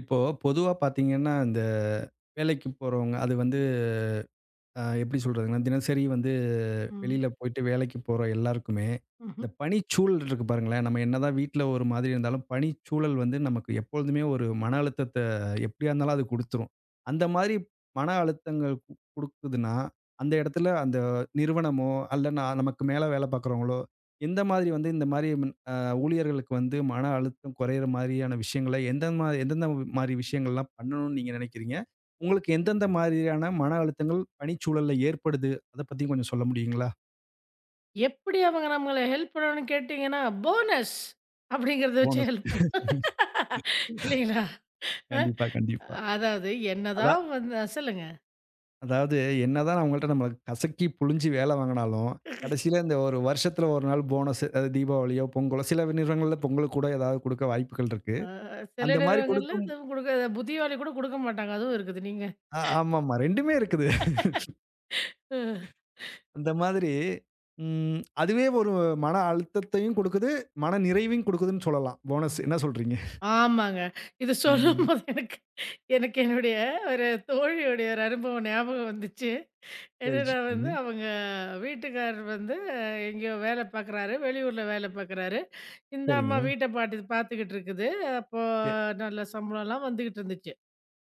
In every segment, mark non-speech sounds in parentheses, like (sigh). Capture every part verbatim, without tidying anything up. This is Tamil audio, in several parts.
இப்போ பொதுவா பார்த்தீங்கன்னா, இந்த வேலைக்கு போறவங்க அது வந்து அ எப்படி சொல்றதுங்கன்னா, தினசரி வந்து ம். வெளியில போயிட்டு வேலைக்கு போற எல்லாருக்குமே, ம்ஹ்ம். இந்த பணிச்சூழல் இருக்கு பாருங்களேன். நம்ம என்னதான் வீட்ல ஒரு மாதிரி இருந்தாலும், பணிச்சூழல் வந்து நமக்கு எப்பொழுதுமே ஒரு மன அழுத்தத்த எப்படியா இருந்தாலும் அது குடுத்துரும். அந்த மாதிரி மன அழுத்தங்கள் கு குடுக்குதுன்னா, அந்த இடத்துல அந்த நிறுவனமோ, அல்ல நான் நமக்கு மேல வேலை பார்க்குறவங்களோ, எந்த மாதிரி வந்து இந்த மாதிரி ம் அ ஊழியர்களுக்கு வந்து மன அழுத்தம் குறையிற மாதிரியான விஷயங்கள எந்த மா எந்தெந்த மாரி விஷயங்கள்லாம் பண்ணணும்னு நீங்க நினைக்கிறீங்க? உங்களுக்கு எந்தெந்த மாதிரியான மன அழுத்தங்கள் பணிச்சூழல்ல ஏற்படுது? அத பத்தி கொஞ்சம் சொல்ல முடியுங்களா? எப்படி அவங்க நம்மள ஹெல்ப் பண்ணணும்னு கேட்டீங்கன்னா, போனஸ் அப்படிங்கிறத வச்சு போனஸ் ஹெல்ப் பண்ணலாம். (laughs) இல்லைங்களா? அ கண்டிப்பா, கண்டிப்பா. அதாவது அதா என்னதான் வந்து அ சொல்லுங்க. அதாவது என்னதான் அவங்கள்ட்ட நம்மள கசக்கி புழிஞ்சு வேல வாங்குனாலும், கடைசியில இந்த ஒரு வருஷத்துல ஒரு நாள் போனஸ் அது தீபாவளியோ, பொங்கலோ சில நிறுவனங்கள்ல பொங்கலுக்கு கூட ஏதாவது குடுக்க வாய்ப்புகள் இருக்கு. அ சில அந்த மாரி நிறுவனங்கள்ல குடுக்கும். இதுவும் குடுக்க புத்திவாளி கூட குடுக்க மாட்டாங்க. அதுவும் இருக்குது. நீங்க ஆ, ஆமாமா. 2மே இருக்குது. ம். அந்த மாதிரி ம் அதுவே ஒரு மன அழுத்தத்தையும் குடுக்குது, மன நிறைவையும் குடுக்குதுன்னு சொல்லலாம். போனஸ் ஆமா. என்ன சொல்றீங்க? ஆமாங்க. இது ம். சொல்லும்போது எனக்கு எனக்கு என்னுடைய ஒரு தோழியுடைய ஒரு அனுபவம் ஞாபகம் வந்துச்சு. சரி, என்னன்னா சரிங்க. வந்து அவங்க வீட்டுக்காரர் வந்து எங்கேயோ வேலை பார்க்குறாரு. வெளியூர்ல வேலை பார்க்குறாரு. இந்த அம்மா சரிங்க. வீட்ட பாட்டு பார்த்துக்கிட்டு இருக்குது. அப்போ நல்ல சம்பளம்லாம் வந்துகிட்டு இருந்துச்சு.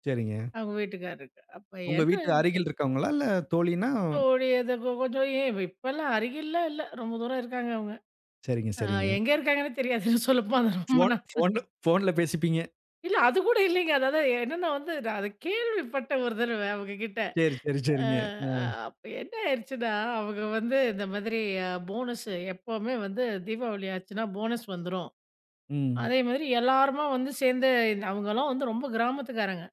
சரிங்க. அவங்க வீட்டுக்காரருக்கு. அப்ப உங்க என்ன வீட்டு அருகில் இருக்கவங்களா? இல்ல தோழின்னா? தோழி அது கொ கொஞ்சம் ஏன் இப்பலாம் அருகில்லாம் இல்ல. ரொம்ப தூரம் இருக்காங்க அவங்க. சரிங்க, அ சரிங்க. எங்க இருக்காங்கன்னே தெரியாது. சொல்லப்போனா ரொம்ப ஃபோன் நா ஃபோன்ல ஃபோன்ல பேசிப்பீங்க. இல்ல அதுக்கூட இல்லைங்க. அதாவது என்னன்னா வந்து நான் அத கேள்விப்பட்டேன் ஒரு தடவ அவங்ககிட்ட. சரி, சரி, அ சரிங்க. அ. அப்ப என்ன ஆயிருச்சுன்னா, அவங்க வந்து இந்த மாதிரி அ போனஸ் எப்பவுமே வந்து தீபாவளி ஆச்சுன்னா போனஸ் வந்துரும். ம். அதே மாதிரி எல்லாருமா வந்து சேர்ந்து அவங்கலாம் வந்து ரொம்ப கிராமத்துக்காரங்க.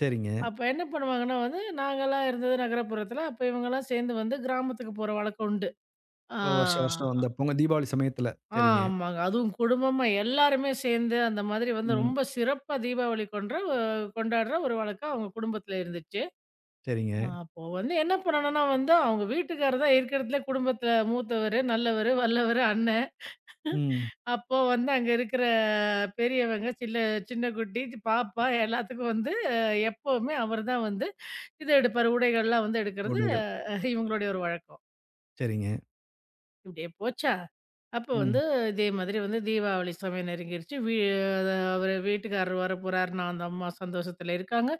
சரிங்க. அப்ப என்ன பண்ணுவாங்கன்னா வந்து, நாங்கலாம் இருந்தது நகரப்புறத்துல. அப்ப இவங்கலாம் சேர்ந்து வந்து கிராமத்துக்கு போற வழக்கம் உண்டு. ஆ. ஓ! வருஷம் வருஷம் வந்தப்போ உங்க தீபாவளி சமயத்துல. ஆ, சரிங்க. ஆமாங்க. அதுவும் குடும்பமா எல்லாருமே சேர்ந்து அந்த மாதிரி வந்து ம். ரொம்ப சிறப்பா தீபாவளி கொன்ற அஹ், கொண்டாடுற ஒரு வழக்கம் அவங்க குடும்பத்துல இருந்துச்சு. சரிங்க. அப்போ வந்து என்ன பண்ணணும்னா வந்து, அவங்க வீட்டுக்காரர் தான் இருக்கிறதுலே குடும்பத்துல மூத்தவரு, நல்லவரு, வல்லவரு, அண்ணன். ம். அப்போ வந்து அங்க இருக்கிற பெரியவங்க, சில்ல சின்ன குட்டி, பாப்பா எல்லாத்துக்கும் வந்து அஹ், எப்பவுமே அவர்தான் வந்து இது எடுப்பாரு. உடைகள்லாம் வந்து எடுக்கிறது உடைகள். அஹ், இவங்களுடைய ஒரு வழக்கம். சரிங்க. இப்படியே போச்சா, அப்போ ம். வந்து இதே மாதிரி வந்து தீபாவளி சமயம் நெருங்கிருச்சு. வீ அத அவரு வீட்டுக்காரர் வரப்போறாருன்னா, அந்த அம்மா சந்தோஷத்துல இருக்காங்க.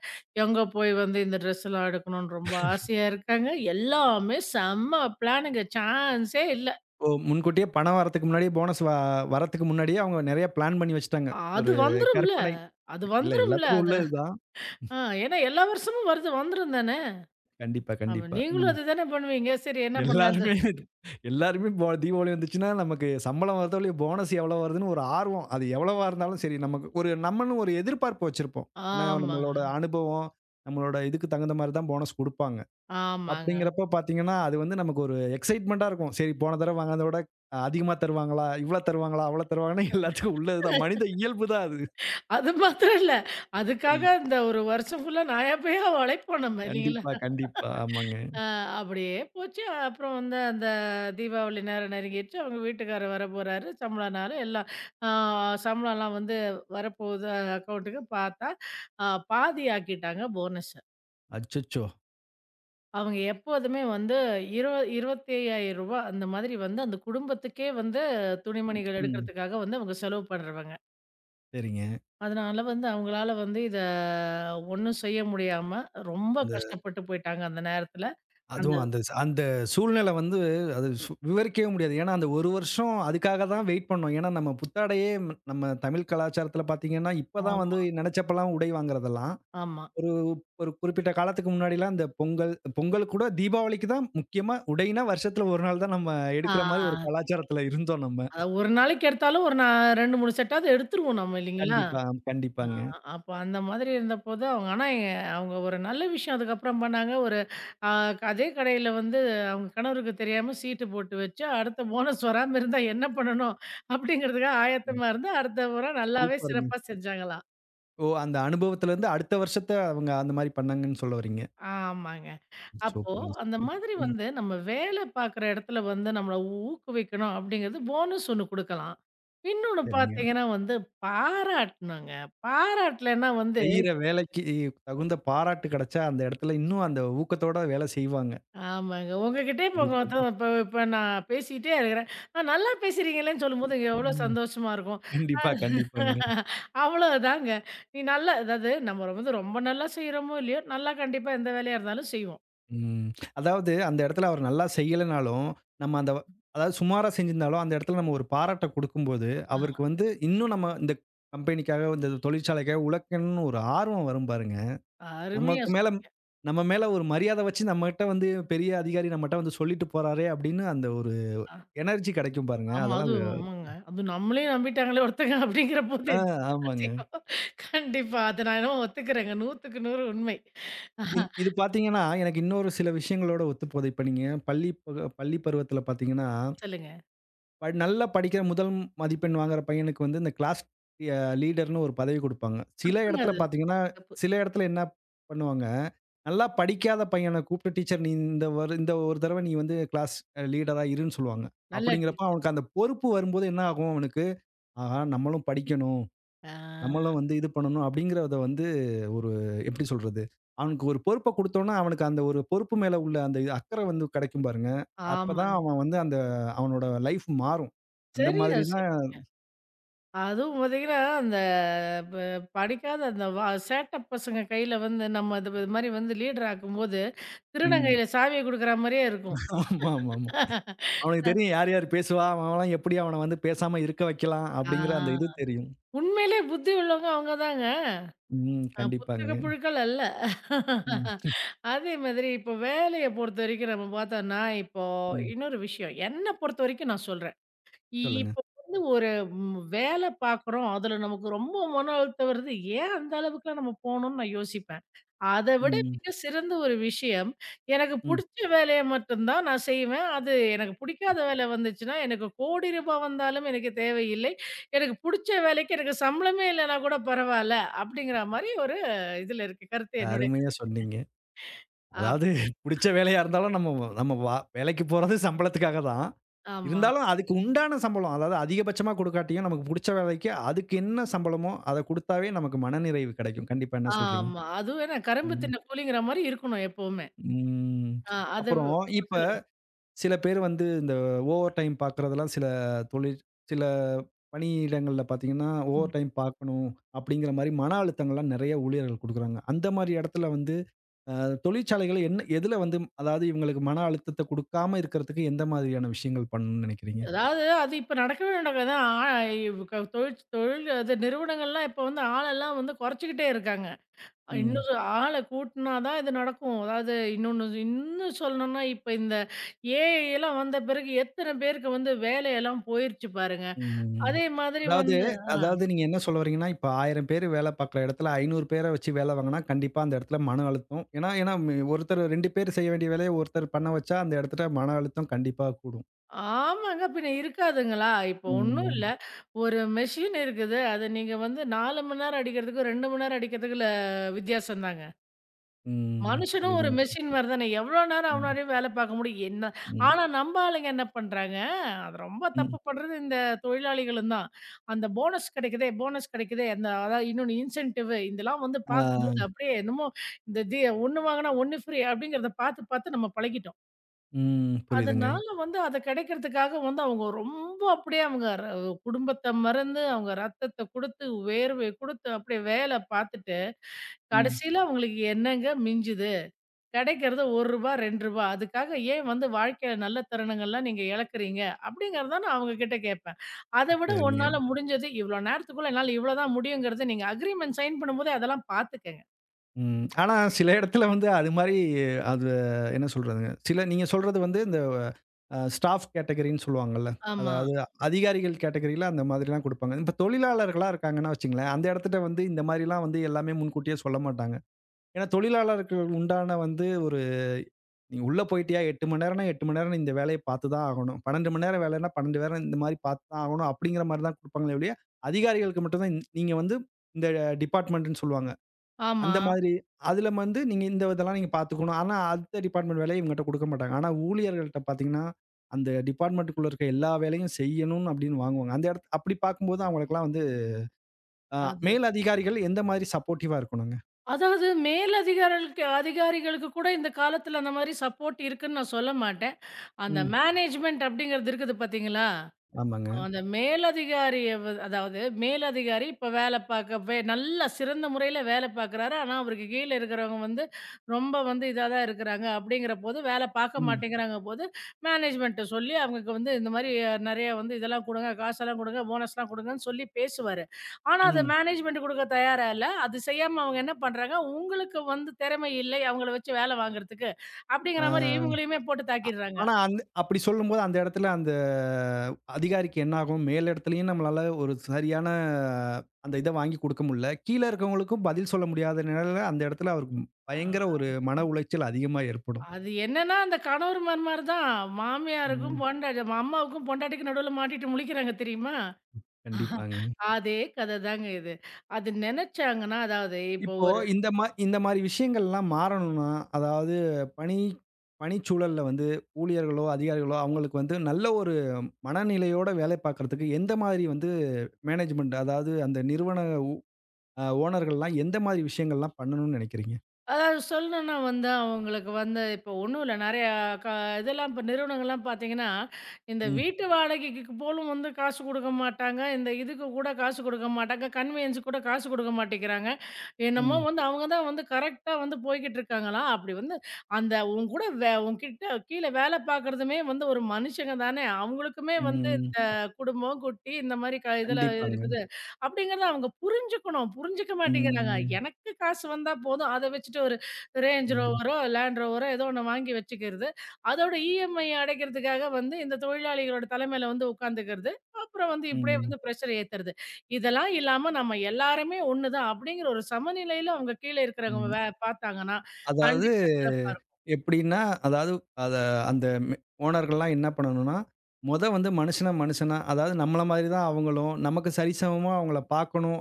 எங்க போய் வந்து இந்த ட்ரெஸ்லாம் எடுக்கணும்னு ரொம்ப ஆசையா இருக்காங்க. எல்லாமே செம்ம பிளானுங்க. சான்ஸே இல்ல. ஓ! முன்கூட்டியே பணம் வரதுக்கு முன்னாடியே போனஸ் வ வரதுக்கு முன்னாடியே அவங்க நெறைய பிளான் பண்ணி வச்சுட்டாங்க. அது ஒரு வந்துரும்ல கற்பனை. அது இல்ல வந்துரும்ல. எல்லாத்துக்கும் அது உள்ளது தான். ஆ, ஏன்னா எல்லா வருஷமும் வருது வந்துரும் தானே. கண்டிப்பா, அப்ப கண்டிப்பா. நீங்களும் ம். அதுதானே பண்ணுவீங்க. சரி என்ன பண்ணலான்னு எல்லாருமே எல்லாருமே போ தீபாவளி வந்துச்சுன்னா, நமக்கு சம்பளம் வருதோ, இல்லையோ, போனஸ் எவ்வளோ வருதுன்னு ஒரு ஆர்வம். அது எவ்வளவா இருந்தாலும் சரி, நமக்கு ஒரு நம்மன்னு ஒரு எதிர்பார்ப்பு வச்சிருப்போம். ஏன்னா, நம்மளோட ஆமாங்க, அனுபவம், நம்மளோட இதுக்கு தகுந்த மாரி தான் போனஸ் குடுப்பாங்க. ஆமாங்க. அப்படிங்கிறப்ப பார்த்தீங்கன்னா, அது வந்து நமக்கு ஒரு எக்ஸைட்மென்ட்டா இருக்கும். சரி போன தடவ வாங்குனத விட அதிகமா தருவாங்களா? இவ்ளோ தருவாங்களா? அவ்வளோ தருவாங்கன்னு எல்லாத்துக்கும் உள்ளது தான். மனித இயல்பு தான் அது. அது மாத்திரம் இல்ல. ம். அதுக்காக இந்த ஒரு வருஷம் ஃபுல்லா நாயா பேயா உழைப்போம் நம்ம இல்லைங்களா? கண்டிப்பா, கண்டிப்பா. ஆமாங்க. ஆ அப்படியே போச்சு. அப்புறம் வந்து அந்த தீபாவளி நேரம் நெருங்கிடுச்சு. அவங்க வீட்டுக்காரர் வரப்போறாரு. சம்பள நாளு எல்லாம் ஆ சம்பளம்லாம் வந்து வரப்போகுது அக்கவுண்ட்டுக்கு பார்த்தா, ஆ பாதி ஆக்கிட்டாங்க போனஸ. அச்சச்சோ! அவங்க எப்போதுமே வந்து இருவ ரூ. இருபத்தி ஐந்தாயிரம் அந்த மாதிரி வந்து அந்த குடும்பத்துக்கே வந்து துணிமணிகள் ம். எடுக்கிறதுக்காக வந்து அவங்க செலவு பண்ணுறவங்க. சரிங்க. அதனால வந்து அவங்களால வந்து இத ஒண்ணும் செய்ய முடியாம ரொம்ப கஷ்டப்பட்டு போயிட்டாங்க அந்த நேரத்தில. அந்த அதுவும் அந்த ஸ் அந்த சூழ்நிலை வந்து அது சு விவரிக்கவே முடியாது. ஏன்னா, அந்த ஒரு வருஷம் அதுக்காக தான் வெயிட் பண்ணோம். ஏன்னா, நம்ம புத்தாடையே ம் நம்ம தமிழ் கலாச்சாரத்தில பார்த்தீங்கன்னா, இப்ப தான் ஆமா, வந்து நெனச்சப்பலாம் உடை வாங்குறதெல்லாம். ஆமா. ஒரு ஒரு குறிப்பிட்ட காலத்துக்கு முன்னாடிலாம் இந்த பொங்கல், பொங்கலுக்கு கூட தீபாவளிக்கு தான் முக்கியமா உடைனா வருஷத்துல ஒரு நாள் தான் நம்ம எடுக்கிற மாரி ஒரு ஆ கலாச்சாரத்தில இருந்தோம் நம்ம. அத ஒரு நாளைக்கு எடுத்தாலும் ஒரு நா ரெண்டு, மூணு செட்டாவது எடுத்துருவோம் நம்ம இல்லைங்களா? கண்டிப்பா, ஆ, கண்டிப்பாங்க. அப்ப அந்த மாதிரி இருந்தபோதான் அவங்க ஆனா எ அவங்க ஒரு நல்ல விஷயம் அதுக்கப்புறம் பண்ணாங்க. ஒரு அ அதே கடையில வந்து அவங்க கணவருக்கு தெரியாம சீட்டு போட்டு வச்சு, அடுத்த போனஸ் வராம இருந்தா என்ன பண்ணணும்? அப்படிங்கிறதுக்காக ம். ஆயத்தமா இருந்து, அடுத்த முறை நல்லாவே சூப்பருங்க. சிறப்பா செஞ்சாங்களாம். ஓ! அந்த அனுபவத்திலருந்து அடுத்த வருஷத்த அவங்க அந்த மாரி பண்ணாங்கன்னு சொல்ல வர்றீங்க. ஆமாங்க. அப்போ சூப்பருங்க. அந்த மாதிரி ம். வந்து நம்ம வேலை பார்க்குற இடத்துல வந்து நம்மள ஊக்குவிக்கணும் அப்படிங்கிறது போனஸ் ஒண்ணு குடுக்கலாம். இன்னொன்னு சரிங்க. பார்த்தீங்கன்னா வந்து பாராட்டணுங்க. பாராட்டலன்னா வந்து செய்ற வேலைக்கு தகுந்த பாராட்டு கிடைச்சா, அந்த இடத்துல இன்னும் அந்த ஊக்கத்தோட வேலை செய்வாங்க. ஆமாங்க. உங்ககிட்ட இப்ப உங்க கண்டிப்பா. த இப்ப இப்ப நான் பேசிட்டே இருக்கிறேன். "ஆ நல்லா பேசுறீங்களேன்னு" சொல்லும்போது இங்கே எவ்வளோ ம். சந்தோஷமா இருக்கும். அ கண்டிப்பா, கண்டிப்பாங்க. அவ்வளோதாங்க. நீ நல்லா அதாவது நம்ம வந்து ரொம்ப நல்லா செய்றோமோ, இல்லையோ, நல்லா கண்டிப்பா எந்த வேலையா இருந்தாலும் செய்வோம். ம். அதாவது அந்த இடத்துல அவர் நல்லா செய்யலனாலும், நம்ம அந்த அதாவது சுமாரா செஞ்சிருந்தாலும், அந்த இடத்துல நம்ம ஒரு பாராட்ட குடுக்கும்போது, ஆ. அவருக்கு வந்து இன்னும் நம்ம இந்த கம்பெனிக்காக, இந்த தொழிற்சாலைக்காக உழைக்கணும்னு ஒரு ஆர்வம் வரும் பாருங்க. அருமையா நமக்கு மேல சொன்னீங்க. நம்ம மேல ஒரு மரியாத வச்சு நம்மகிட்ட வந்து பெரிய அதிகாரி நம்மட்ட வந்து சொல்லிட்டு போறாரே! அப்படின்னு அந்த ஒரு அ எனர்ஜி கிடைக்கும் பாருங்க. ஆமா. அதெல்லாம் அதுவும் வே- ஆமாங்க. அதுவும் நம்மளையும் நம்பிட்டாங்களே ஒருத்தங்க அப்படிங்கிறபோது ஆ, என்ன ஆமாங்க. செய்வோம்? கண்டிப்பா. அத நான் என்னமோ ஒத்துக்கிறேங்க. 100க்கு நூறு உண்மை. ஆஹா, இந் இது பார்த்தீங்கன்னா, எனக்கு இன்னொரு சில விஷயங்களோட ஒத்துப்போகுது. இப்ப நீங்க பள்ளி ப பள்ளி பருவத்தில பார்த்தீங்கன்னா, சொல்லுங்க. ப நல்லா படிக்கிற முதல் மதிப்பெண் வாங்குற பையனுக்கு வந்து இந்த கிளாஸ் அ லீடர்ன்னு ஒரு பதவி குடுப்பாங்க. சில தப்புங்க இடத்துல அது. பார்த்தீங்கன்னா, தப்பு. சில இடத்துல என்ன பண்ணுவாங்க, நல்லா படிக்காத பையன கூப்பிட்டு டீச்சர் நீ இந்த ஒரு இந்த ஒரு தடவ நீ வந்து கிளாஸ் லீடரா இருன்னு சொல்லுவாங்க. நல்ல அப்படிங்கிறப்ப டீச்சர். அவனுக்கு அந்த பொறுப்பு வரும்போது என்ன ஆகும் அவனுக்கு, ஆஹா நம்மளும் படிக்கணும். ஆ நம்மளும் வந்து இது பண்ணணும் அப்படிங்கிறத வந்து ஒரு எப்படி சொல்றது? அவனுக்கு ஒரு பொறுப்ப குடுத்தோம்னா, அவனுக்கு அந்த ஒரு பொறுப்பு மேல உள்ள அந்த இது அக்கறை வந்து கெடைக்கும் பாருங்க. அப்பதான் ஆமாங்க. அவன் வந்து அந்த அவனோட லைஃப் மாறும். அந்த சரியா மாதிரி தான். அதுவும் பார்த்தீங்கன்னா, அந்த ப படிக்காத அந்த வா சேட்ட பசங்க கையில வந்து நம்ம இது இது மாரி வந்து லீடர் ஆக்கும்போது, திருடன் ம். கையில சாவிய குடுக்குற மாரியே இருக்கும். ஆமா, ஆமா, ஆமா. அவனுக்கு தெரியும் யார் யார் பேசுவா? அவன்லாம் எப்படி அவன வந்து பேசாம இருக்க வைக்கலாம்? ஆ. அப்படிங்கிற அந்த இது தெரியும். உண்மையிலே புத்தி உள்ளவங்க அவங்க தாங்க. ம். அ புத்தக கண்டிப்பாங்க. புழுக்கள் அல்ல. ம், அதே மாதிரி இப்போ வேலைய பொறுத்தவரைக்கும் நம்ம பார்த்தோம்னா, இப்போ ம். இன்னொரு விஷயம். என்ன பொறுத்தவரைக்கும் நான் சொல்றேன். சொல்லுங்க. இப்போ வந்து ஒரு ம் வேல பார்க்குறோம். அதுல நமக்கு ரொம்ப மன அழுத்தம் வருது. ஏன் அந்த அளவுக்குலாம் நம்ம போணும்னு நான் யோசிப்பேன். அத விட ம், மிக சிறந்த ஒரு விஷயம், எனக்கு ம். புடிச்ச வேலைய மட்டும் தான் நான் செய்வேன். அது எனக்கு புடிக்காத வேலை வந்துச்சுன்னா, எனக்கு கோடி ரூபாய் வந்தாலும் எனக்கு தேவையில்லை. எனக்கு புடிச்ச வேலைக்கு எனக்கு சம்பளமே இல்லன்னா கூட பரவால்ல. அப்படிங்கிற மாரி ஒரு இதுல இருக்கு. கருத்து என்னுடைய அருமையா சொன்னீங்க. அப் அதாவது புடிச்ச வேலையா இருந்தாலும் நம்ம நம்ம வா வேலைக்கு போறது சம்பளத்துக்காக தான். ஆமா, இருந்தாலும் அதுக்கு உண்டான சம்பளம். அதாவது அதிகபட்சமா குடுக்காட்டியும் நமக்கு புடிச்ச வேலைக்கு அதுக்கு என்ன சம்பளமோ, அத குடுத்தாவே நமக்கு மனநிறைவு கெடைக்கும். கண்டிப்பா என்ன சொல்றீங்க? ஆமா. அதுவும் ஏன்னா கரும்பு ம். தின்ன கூலிங்கிற மாரி இருக்கணும் எப்பவுமே. ம். ஆ அத வ் அப்புறம் இப்ப சொல்லுங்க. சில பேர் வந்து இந்த ஓவர் டைம் பார்க்குறதெல்லாம் சில தொழில் சில பணியிடங்கள்ல பார்த்தீங்கன்னா, ஓவர் டைம் பார்க்கணும் அப்படிங்கிற மாரி மன அழுத்தங்கள்லாம் நெறைய ஊழியர்கள் குடுக்குறாங்க. அந்த மாரி இடத்துல வந்து அ தொழிற்சாலைகள் என்ன எதுல வந்து அதாவது இவங்களுக்கு மன அழுத்தத்த குடுக்காம இருக்கிறதுக்கு எந்த மாதிரியான விஷயங்கள் பண்ணணும்னு நினைக்கிறீங்க? அதாவது அது இப்ப நடக்கவே நடக்காதுதான். ஆ இவ் க தொழில் தொழில் அது நிறுவனங்கள்லாம் இப்ப வந்து ஆளெல்லாம் வந்து குறைச்சுக்கிட்டே இருக்காங்க. ம். இன்னும் ஆள கூட்டுனா தான் இது நடக்கும். அதாவது இன்னொன்னு சொ- இன்னும் சொல்லணும்னா, இப்ப இந்த ஏ ஐ எல்லாம் வந்த பிறகு எத்தன பேருக்கு வந்து வேலையெல்லாம் போயிருச்சு பாருங்க. ம். அதே மாதிரி அதாவது வந்து ஆ அதாவது நீங்க என்ன சொல்ல வரீங்கன்னா, இப்ப ஆயிரம் பேரு வேலை பார்க்குற இடத்துல ஐநூறு பேர வச்சு வேலை வாங்குனா, கண்டிப்பா அந்த இடத்துல மன அழுத்தம். ஏன்னா ஏன்னா ம் ஒருத்தர் ரெண்டு பேர் செய்ய வேண்டிய வேலைய ஒருத்தர் பண்ண வச்சா, அந்த இடத்துல மன அழுத்தம் கண்டிப்பா கூடும். ஆமாங்க. பின்ன இருக்காதுங்களா? இப்ப ஒண்ணும் ம். இல்ல. ஒரு மெஷின் இருக்குது. அத நீங்க வந்து நாலு மணி நேரம் அடிக்கிறதுக்கும், ரெண்டு மணி நேரம் அடிக்கிறதுக்குள்ள வித்தியாசம் தாங்க. ம். மனுஷனும் ஒரு புரியுதுங்க. மெஷின் மாரி தானே. எவ்ளோ நேரம் ம். அவனாலயும் வேல பார்க்க முடியும். என்ன ம். ஆனா நம்ப ஆளுங்க என்ன பண்றாங்க, அது ரொம்ப ம். தப்பு பண்றது இந்த தொழிலாளிகளும் தான். அந்த போனஸ் கிடைக்குதே, போனஸ் கிடைக்குதே, அந்த அதாவது இன்னொன்னு இன்சென்டிவ் இதெல்லாம் வந்து பார்க்கும்போது ஆ. அப்படியே என்னமோ இந்த தி ஒண்ணு வாங்குனா ஒண்ணு ஃப்ரீ அப்படிங்கிறத பார்த்து, பார்த்து நம்ம பழகிட்டோம். ம். புரியுதுங்க. அதனால வந்து அது கிடைக்கிறதுக்காக வந்து அவங்க ரொம்ப அப்படியே அவங்க ர குடும்பத்த மறந்து, அவங்க ரத்தத்த குடுத்து, வேர்வை குடுத்து அப்படியே வேல பார்த்துட்டு, ம். கடைசியில அவங்களுக்கு என்னங்க மிஞ்சுது? கிடைக்கிறது ரூ. ஒன்று ரூ. ரெண்டு அதுக்காக ஏன் வந்து வாழ்க்கையில நல்ல தருணங்கள்லாம் நீங்க இழக்கிறீங்க? அப்படிங்கிறத நான் அவங்க கிட்ட கேட்பேன். அத விட சரிங்க. உன்னால முடிஞ்சது இவ்வளோ நேரத்துக்குள்ள என்னால இவ்வளோதான் முடியுங்கிறத நீங்க அக்ரீமெண்ட் சைன் பண்ணும்போதே அதெல்லாம் பார்த்துக்கங்க. ம். ஆனா, சில இடத்துல வந்து அது மாரி அது என்ன சொல்றதுங்க, சில நீங்க சொல்றது வந்து இந்த அ ஸ்டாஃப் கேட்டகரின்னு சொல்லுவாங்கல்ல. ஆமா. அதாவது அதிகாரிகள் கேட்டகரியில அந்த மாதிரிலாம் குடுப்பாங்க. இப்ப தொழிலாளர்களா இருக்காங்கன்னா வச்சுக்கங்களேன், அந்த இடத்துட்ட வந்து இந்த மாரிலாம் வந்து எல்லாமே முன்கூட்டியே சொல்ல மாட்டாங்க. ஏன்னா, தொழிலாளருக்கு உண்டான வந்து ஒரு நீ உள்ள போயிட்டியா எட்டு மணி நேரம்னா எட்டு மணி நேரம் நீ இந்த வேலைய பார்த்து தான் ஆகணும். பன்னெண்டு மணி நேரம் வேலைன்னா பன்னெண்டு நேரம் இந்த மாரி பார்த்து தான் ஆகணும். அப்படிங்கிற மாரி தான் குடுப்பாங்களே ஒழிய, அதிகாரிகளுக்கு மட்டும் தான் நீங்க வந்து இந்த டிபார்ட்மெண்ட்ன்னு சொல்லுவாங்க. ஆமா. அந்த மாதிரி. அதுல வந்து நீங்க இந்த இதெல்லாம் நீங்க பார்த்துக்கணும். ஆனா, அடுத்த டிபார்ட்மெண்ட் வேலைய இவங்கட்ட குடுக்க மாட்டாங்க. ஆனா, ஊழியர்கள்ட்ட பார்த்தீங்கன்னா, அந்த டிபார்ட்மெண்ட்டுக்குள்ள இருக்க எல்லா வேலையும் செய்யணும்னு அப்படின்னு வாங்குவாங்க. அந்த இடத் அப்படி பார்க்கும்போது அவங்களுக்கெல்லாம் வந்து அ அது மேல் அதிகாரிகள் எந்த மாதிரி சப்போர்ட்டிவா இருக்கணுங்க? அதாவது மேலதிகாரிகளுக்கு அதிகாரிகளுக்கு கூட இந்த காலத்துல அந்த மாரி சப்போர்ட் இருக்குன்னு நான் சொல்ல மாட்டேன். அந்த ம். மேனேஜ்மென்ட் அப்படிங்கிறது இருக்குது பார்த்தீங்களா? ஆமாங்க. அந்த மேலதிகாரிய வ அதாவது மேலதிகாரி இப்ப வேலை பார்க்க வே நல்லா சிறந்த முறையில வேலை பார்க்குறாரு. ஆனா, அவருக்கு கீழ இருக்கிறவங்க வந்து ரொம்ப வந்து இதா தான் இருக்கிறாங்க. அப்படிங்கிற போது வேலை பார்க்க ம். மாட்டேங்கிறாங்க போது, மேனேஜ்மென்ட்ட சொல்லி அவங்களுக்கு வந்து இந்த மாரி நெறைய வந்து இதெல்லாம் குடுங்க, காசெல்லாம் குடுங்க, போனஸ்லாம் குடுங்கன்னு சொல்லி பேசுவாரு. ஆனா, அது ம். மேனேஜ்மென்ட் குடுக்க தயாரா இல்ல. அது செய்யாம அவங்க என்ன பண்றாங்க, உங்களுக்கு வந்து திறமை இல்லை அவங்கள வச்சு வேலை வாங்குறதுக்கு, அப்படிங்கிற மாரி ஆ. இவங்களையுமே போட்டு தாக்கிடுறாங்க. ஆனா, அந்த அப்படி சொல்லும்போது அந்த இடத்துல அந்த அதிகாரிக்கு என்ன ஆகும், மேல் இடத்துலயும் நம்மளால ஒரு சரியான அந்த இத வாங்கி குடுக்க முடியல. கீழ இருக்கவங்களுக்கும் பதில் சொல்ல முடியாத நிலையில அந்த இடத்துல அவருக்கு ஆ. பயங்கர ஒரு மன உளைச்சல் அதிகமா ஏற்படும். அது என்னன்னா, அந்த கணவர் மாமனார் தான். மாமியாருக்கும் ம். பொண்டாட்டி அம்மாவுக்கும் பொண்டாட்டிக்கும் நடுவுல மாட்டிட்டு முழிக்கிறாங்க தெரியுமா? கண்டிப்பாங்க. அதே கத தாங்க இது. அது நெனச்சாங்கன்னா, அதாவது இப்போ இப்போ ஒரு இந்த மா இந்த மாரி விஷயங்கள்லாம் மாறணும்னா, அதாவது பணி பணிச்சூழல்ல வந்து ஊழியர்களோ, அதிகாரிகளோ அவங்களுக்கு வந்து நல்ல ஒரு மனநிலையோட வேலை பார்க்கறதுக்கு எந்த மாரி வந்து மேனேஜ்மென்ட் அதாவது அந்த நிறுவன அ ஓனர்கள்லாம் எந்த மாதிரி விஷயங்கள்லாம் பண்ணணும்னு நினைக்கிறீங்க? அதாவது சொல்லணும்னா வந்து, அவங்களுக்கு வந்து இப்போ ஒண்ணும் இல்ல. நெறையா க இதெல்லாம் இப்ப நிறுவனங்கள்லாம் பார்த்தீங்கன்னா, இந்த ம், வீட்டு வாடகைக்கு போலும் வந்து காசு குடுக்க மாட்டாங்க. இந்த இதுக்கு கூட காசு குடுக்க மாட்டாங்க. கன்வீனியன்ஸ் கூட காசு குடுக்க மாட்டேங்கிறாங்க. என்னமோ ம், வந்து அவங்க தான் வந்து கரெக்ட்டா வந்து போய்க்கிட்டு இருக்காங்களாம். அப்படி வந்து அந்த உன் கூட வே உன்கிட்ட கீழ வேலை பார்க்கறதுமே வந்து ஒரு மனுஷங்க தானே! அவங்களுக்குமே வந்து ம். குடும்பம், குட்டி இந்த மாரி க இதுல கண்டிப்பாங்க. இருக்குது. அப்படிங்கிறத அவங்க புரிஞ்சுக்கணும். புரிஞ்சுக்க மாட்டேங்கிறாங்க. ம், எனக்கு காசு வந்தா போதும். அத வச்சுட்டு ஒரு ரேஞ்ச் ம், ரோவரோ, லேண்ட் ரோவரோ ஏதோ ஒண்ணு வாங்கி வச்சுக்கிறது. அதோட இ எம் ஐ அடைக்கிறதுக்காக வந்து இந்த தொழிலாளிகளோட தலைமையில வந்து உட்காந்துக்கிறது. அப்புறம் வந்து இப்படியே ம், வந்து பிரஷர் ஏத்துறது. இதெல்லாம் இல்லாம நம்ம எல்லாருமே ஒண்ணு தான் அப்படிங்கிற ஒரு சமநிலையில அவங்க கீழ இருக்கிறவங்க ம். வே பார்த்தாங்கன்னா, அதாவது கண்டிப்பா சிறப்பா இருக்கும். எப்படின்னா, அதாவது அத அந்த மெ ஓனர்கள்லாம் என்ன பண்ணணும்னா, மொத வந்து மனுஷனா மனுஷனா, அதாவது நம்மள மாதிரி தான் அவங்களும், நமக்கு சரிசமமா அவங்கள பார்க்கணும்.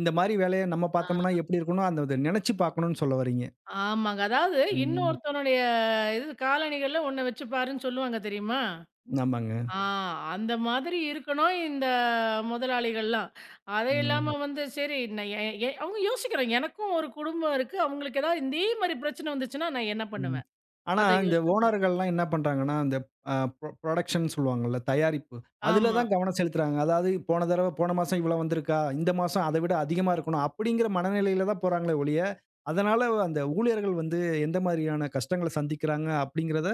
இந்த மாரி வேலைய நம்ம பார்த்தோம்னா ஆ. எப்படி இருக்கணும், அந்த இத நெனைச்சு பார்க்கணும்னு சொல்ல வர்றீங்க. ஆமாங்க. அதாவது ம். இன்னொருத்தனுடைய இது காலணிகள்ல ஒண்ண வச்சுப்பாருன்னு சொல்லுவாங்க தெரியுமா? ஆமாங்க. ஆ அந்த மாதிரி இருக்கணும் இந்த முதலாளிகள்லாம். அது ம். இல்லாம வந்து சரி நான் எ எ அவங்க யோசிக்கிறாங்க. எனக்கும் ஒரு குடும்பம் இருக்கு. அவங்களுக்கு ஏதாவது இதே மாரி பிரச்சனை வந்துச்சுன்னா நான் என்ன ம். பண்ணுவேன்? ஆனா, அத இந்த யோசிச்சு ஓனர்கள்லாம் என்ன பண்றாங்கன்னா, அந்த அ புரொ புரொடக்ஷன்னு சொல்லுவாங்கல்ல, தயாரிப்பு. அதுல ஆமா. தான் கவனம் செலுத்துறாங்க. அதாவது போன தடவ போன மாசம் இவ்வளோ வந்திருக்கா? இந்த மாசம் அத விட அதிகமா இருக்கணும். அப்படிங்கிற மனநிலையில தான் போறாங்களே ஒழிய, அதனால அந்த ஊழியர்கள் வந்து எந்த மாதிரியான கஷ்டங்கள சந்திக்கிறாங்க அப்படிங்கிறத,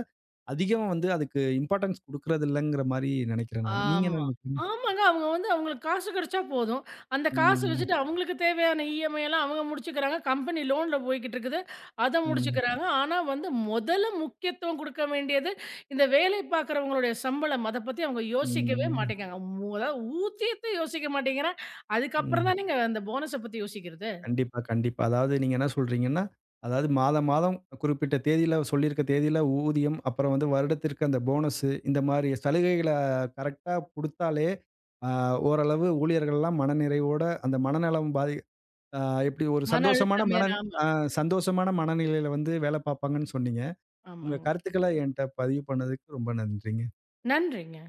அதிகமா வந்து அதுக்கு இம்பார்ட்டன்ஸ் குடுக்குறது இல்லைங்கிற மாரி நெனைக்கிறேன் நானு. நீங்க என்ன ஆமா. நெனைக்கிறீங்க? ஆமாங்க. அவங்க வந்து அவங்களுக்கு காசு கிடைச்சா போதும். அந்த காச ம், வச்சுட்டு அவங்களுக்கு தேவையான இ எம் ஐ எல்லாம் அவங்க முடிச்சுக்கிறாங்க. கம்பெனி லோன்ல போய்க்கிட்டு இருக்குது. அத ம், முடிச்சுக்கிறாங்க. ஆனா வந்து முதல்ல முக்கியத்துவம் குடுக்க வேண்டியது, இந்த வேலை பார்க்குறவங்களுடைய சம்பளம். அத பத்தி அவங்க ம், யோசிக்கவே ம், மாட்டேங்கிறாங்க. மு அதாவது ஊதியத்த யோசிக்க மாட்டேங்கிறேன். அதுக்கப்புறம் ம். தானேங்க அந்த போனஸ பத்தி யோசிக்கிறது. கண்டிப்பா, கண்டிப்பா. அதாவது நீங்க என்ன சொல்றீங்கன்னா, அதாவது மாதம், மாதம் குறிப்பிட்ட தேதியில சொல்லியிருக்க தேதியில ஊதியம், அப்புறம் வந்து வருடத்திற்கு அந்த போனஸு இந்த மாரி சலுகைகள கரெக்ட்டா குடுத்தாலே, அ ஓரளவு ஊழியர்கள்லாம் மனநிறைவோட அந்த மனநலம் பாதி அ எப்படி ஒரு மன சந்தோஷமான அழுத்தம் வேற. மனன் ஆமா. அ சந்தோஷமான மனநிலையில வந்து வேலை பார்ப்பாங்கன்னு சொன்னீங்க. உங்க ஆமாங்க. கருத்துக்கள என்ட்ட பதிவு பண்ணதுக்கு ரொம்ப நன்றிங்க. நன்றிங்க.